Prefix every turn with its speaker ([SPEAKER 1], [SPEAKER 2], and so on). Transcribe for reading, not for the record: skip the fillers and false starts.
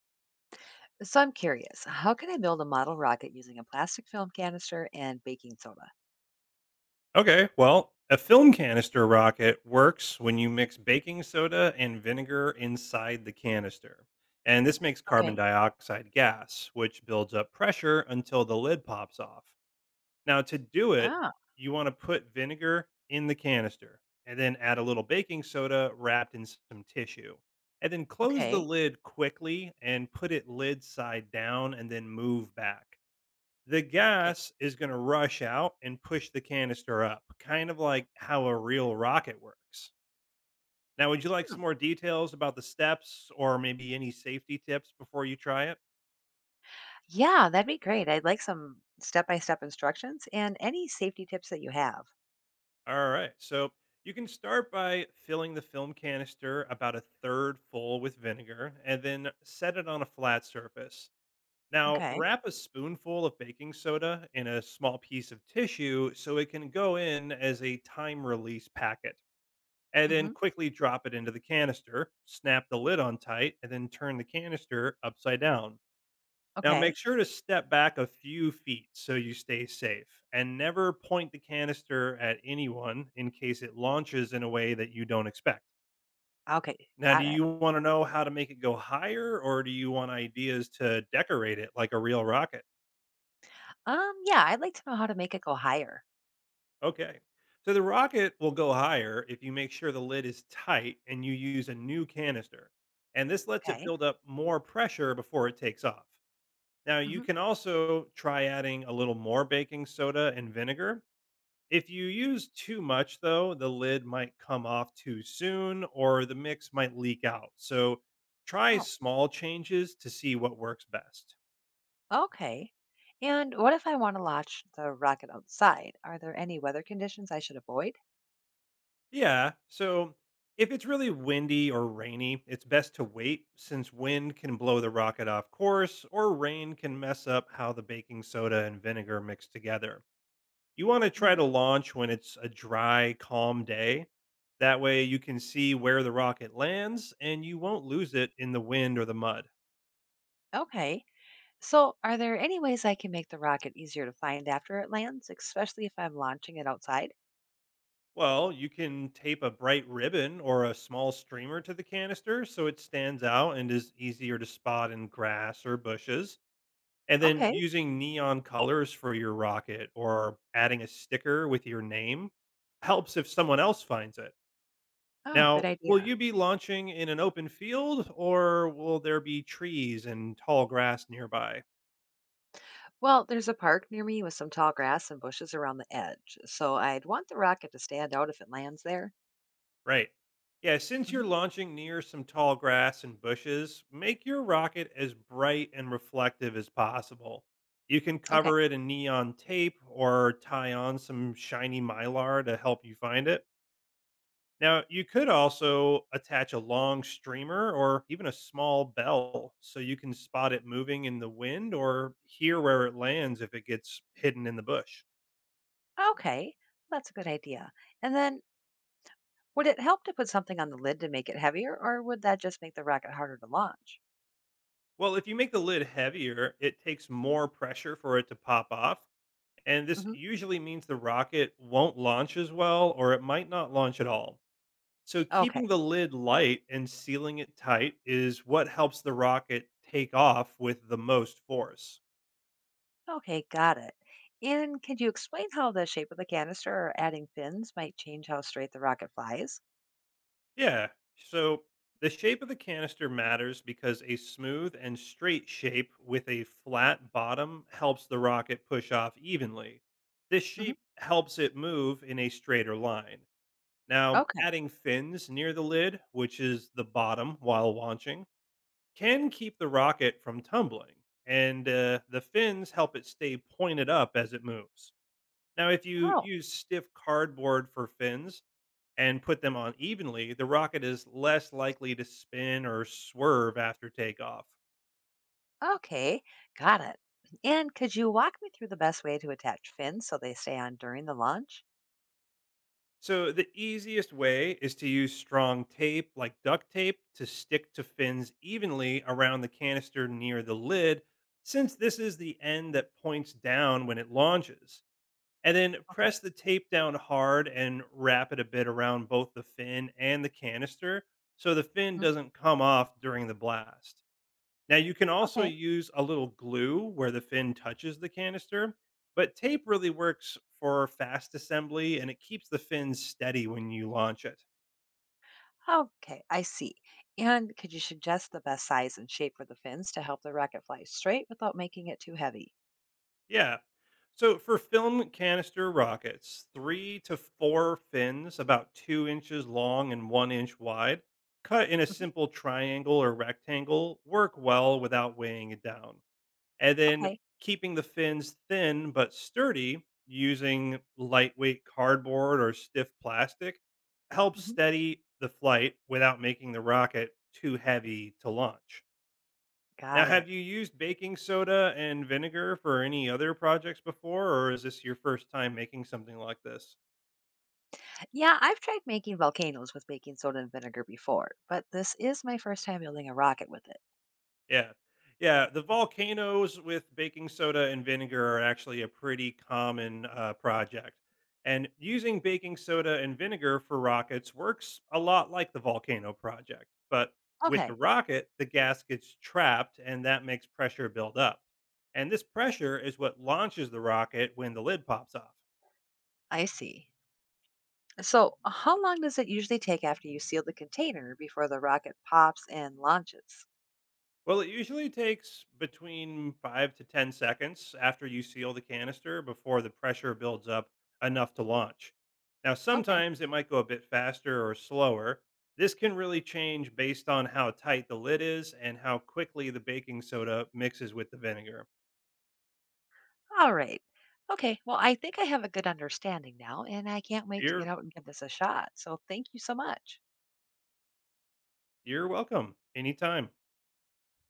[SPEAKER 1] So I'm curious, how can I build a model rocket using a plastic film canister and baking soda?
[SPEAKER 2] Okay, well, a film canister rocket works when you mix baking soda and vinegar inside the canister. And this makes carbon
[SPEAKER 1] Okay.
[SPEAKER 2] dioxide gas, which builds up pressure until the lid pops off. Now, to do it,
[SPEAKER 1] Ah,
[SPEAKER 2] you want to put vinegar in the canister and then add a little baking soda wrapped in some tissue. And then close the
[SPEAKER 1] okay.
[SPEAKER 2] lid quickly and put it lid side down and then move back. The
[SPEAKER 1] Okay.
[SPEAKER 2] gas is going to rush out and push the canister up, kind of like how a real rocket works. Now, would you like
[SPEAKER 1] Hmm.
[SPEAKER 2] some more details about the steps or maybe any safety tips before you try it?
[SPEAKER 1] Yeah, that'd be great. I'd like some step-by-step instructions and any safety tips that you have.
[SPEAKER 2] All right. So, you can start by filling the film canister about a third full with vinegar and then set it on a flat surface. Now,
[SPEAKER 1] Okay.
[SPEAKER 2] wrap a spoonful of baking soda in a small piece of tissue so it can go in as a time release packet. And then
[SPEAKER 1] Mm-hmm.
[SPEAKER 2] quickly drop it into the canister, snap the lid on tight, and then turn the canister upside down. Now, make
[SPEAKER 1] Okay.
[SPEAKER 2] sure to step back a few feet so you stay safe and never point the canister at anyone in case it launches in a way that you don't expect.
[SPEAKER 1] Okay,
[SPEAKER 2] Now, do
[SPEAKER 1] got it.
[SPEAKER 2] you want to know how to make it go higher or do you want ideas to decorate it like a real rocket?
[SPEAKER 1] Yeah, I'd like to know how to make it go higher.
[SPEAKER 2] Okay. So the rocket will go higher if you make sure the lid is tight and you use a new canister. And this lets it
[SPEAKER 1] Okay.
[SPEAKER 2] build up more pressure before it takes off. Now, you
[SPEAKER 1] Mm-hmm.
[SPEAKER 2] can also try adding a little more baking soda and vinegar. If you use too much, though, the lid might come off too soon or the mix might leak out. So try
[SPEAKER 1] Oh,
[SPEAKER 2] small changes to see what works best.
[SPEAKER 1] okay. And what if I want to launch the rocket outside? Are there any weather conditions I should avoid?
[SPEAKER 2] Yeah. So if it's really windy or rainy, it's best to wait since wind can blow the rocket off course or rain can mess up how the baking soda and vinegar mix together. You want to try
[SPEAKER 1] Mm.
[SPEAKER 2] to launch when it's a dry, calm day. That way you can see where the rocket lands and you won't lose it in the wind or the mud.
[SPEAKER 1] Okay. So, are there any ways I can make the rocket easier to find after it lands, especially if I'm launching it outside?
[SPEAKER 2] Well, you can tape a bright ribbon or a small streamer to the canister so it stands out and is easier to spot in grass or bushes. And then
[SPEAKER 1] Okay.
[SPEAKER 2] using neon colors for your rocket or adding a sticker with your name helps if someone else finds it.
[SPEAKER 1] Oh, good
[SPEAKER 2] Now, will
[SPEAKER 1] idea.
[SPEAKER 2] you be launching in an open field or will there be trees and tall grass nearby?
[SPEAKER 1] Well, there's a park near me with some tall grass and bushes around the edge, so I'd want the rocket to stand out if it lands there.
[SPEAKER 2] Right. Yeah, since you're
[SPEAKER 1] Hmm.
[SPEAKER 2] launching near some tall grass and bushes, make your rocket as bright and reflective as possible. You can
[SPEAKER 1] Okay.
[SPEAKER 2] cover it in neon tape or tie on some shiny mylar to help you find it. Now, you could also attach a long streamer or even a small bell so you can spot it moving in the wind or hear where it lands if it gets hidden in the bush.
[SPEAKER 1] Okay, that's a good idea. And then, would it help to put something on the lid to make it heavier, or would that just make the rocket harder to launch?
[SPEAKER 2] Well, if you make the lid heavier, it takes more pressure for it to pop off. And this
[SPEAKER 1] Hmm.
[SPEAKER 2] usually means the rocket won't launch as well or it might not launch at all. So,
[SPEAKER 1] Okay,
[SPEAKER 2] keeping the lid light and sealing it tight is what helps the rocket take off with the most force.
[SPEAKER 1] okay, got it. And could you explain how the shape of the canister or adding fins might change how straight the rocket flies?
[SPEAKER 2] Yeah. So the shape of the canister matters because a smooth and straight shape with a flat bottom helps the rocket push off evenly. This
[SPEAKER 1] Hmm.
[SPEAKER 2] shape helps it move in a straighter line. Now,
[SPEAKER 1] Okay.
[SPEAKER 2] adding fins near the lid, which is the bottom while launching, can keep the rocket from tumbling, and the fins help it stay pointed up as it moves. Now, if you
[SPEAKER 1] Oh,
[SPEAKER 2] use stiff cardboard for fins, and put them on evenly, the rocket is less likely to spin or swerve after takeoff.
[SPEAKER 1] okay. Got it. And could you walk me through the best way to attach fins so they stay on during the launch?
[SPEAKER 2] So, the easiest way is to use strong tape like duct tape to stick to fins evenly around the canister near the lid, since this is the end that points down when it launches. And then
[SPEAKER 1] Okay.
[SPEAKER 2] press the tape down hard and wrap it a bit around both the fin and the canister so the fin
[SPEAKER 1] Mm.
[SPEAKER 2] doesn't come off during the blast. Now you can also
[SPEAKER 1] Okay.
[SPEAKER 2] use a little glue where the fin touches the canister, but tape really works for fast assembly and it keeps the fin steady when you launch it.
[SPEAKER 1] Okay, I see. And could you suggest the best size and shape for the fins to help the rocket fly straight without making it too heavy?
[SPEAKER 2] Yeah. So for film canister rockets, three to four fins about 2 inches long and 1 inch wide, cut in a
[SPEAKER 1] Mhm.
[SPEAKER 2] simple triangle or rectangle, work well without weighing it down. And then
[SPEAKER 1] Okay.
[SPEAKER 2] keeping the fins thin but sturdy using lightweight cardboard or stiff plastic helps
[SPEAKER 1] Hmm.
[SPEAKER 2] steady the flight without making the rocket too heavy to launch. Now,
[SPEAKER 1] Got
[SPEAKER 2] have
[SPEAKER 1] it.
[SPEAKER 2] you used baking soda and vinegar for any other projects before, or is this your first time making something like this?
[SPEAKER 1] Yeah, I've tried making volcanoes with baking soda and vinegar before, but this is my first time building a rocket with it.
[SPEAKER 2] Yeah. Yeah, the volcanoes with baking soda and vinegar are actually a pretty common project. And using baking soda and vinegar for rockets works a lot like the volcano project. But with the
[SPEAKER 1] Okay,
[SPEAKER 2] rocket, the gas gets trapped and that makes pressure build up. And this pressure is what launches the rocket when the lid pops off.
[SPEAKER 1] I see. So, how long does it usually take after you seal the container before the rocket pops and launches?
[SPEAKER 2] Well, it usually takes between 5 to 10 seconds after you seal the canister before the pressure builds up enough to launch. Now,
[SPEAKER 1] Okay.
[SPEAKER 2] sometimes it might go a bit faster or slower. This can really change based on how tight the lid is and how quickly the baking soda mixes with the vinegar.
[SPEAKER 1] All right. Okay. Well, I think I have a good understanding now, and I can't wait to get
[SPEAKER 2] You're,
[SPEAKER 1] out and give this a shot. So, thank you so much.
[SPEAKER 2] you're welcome anytime.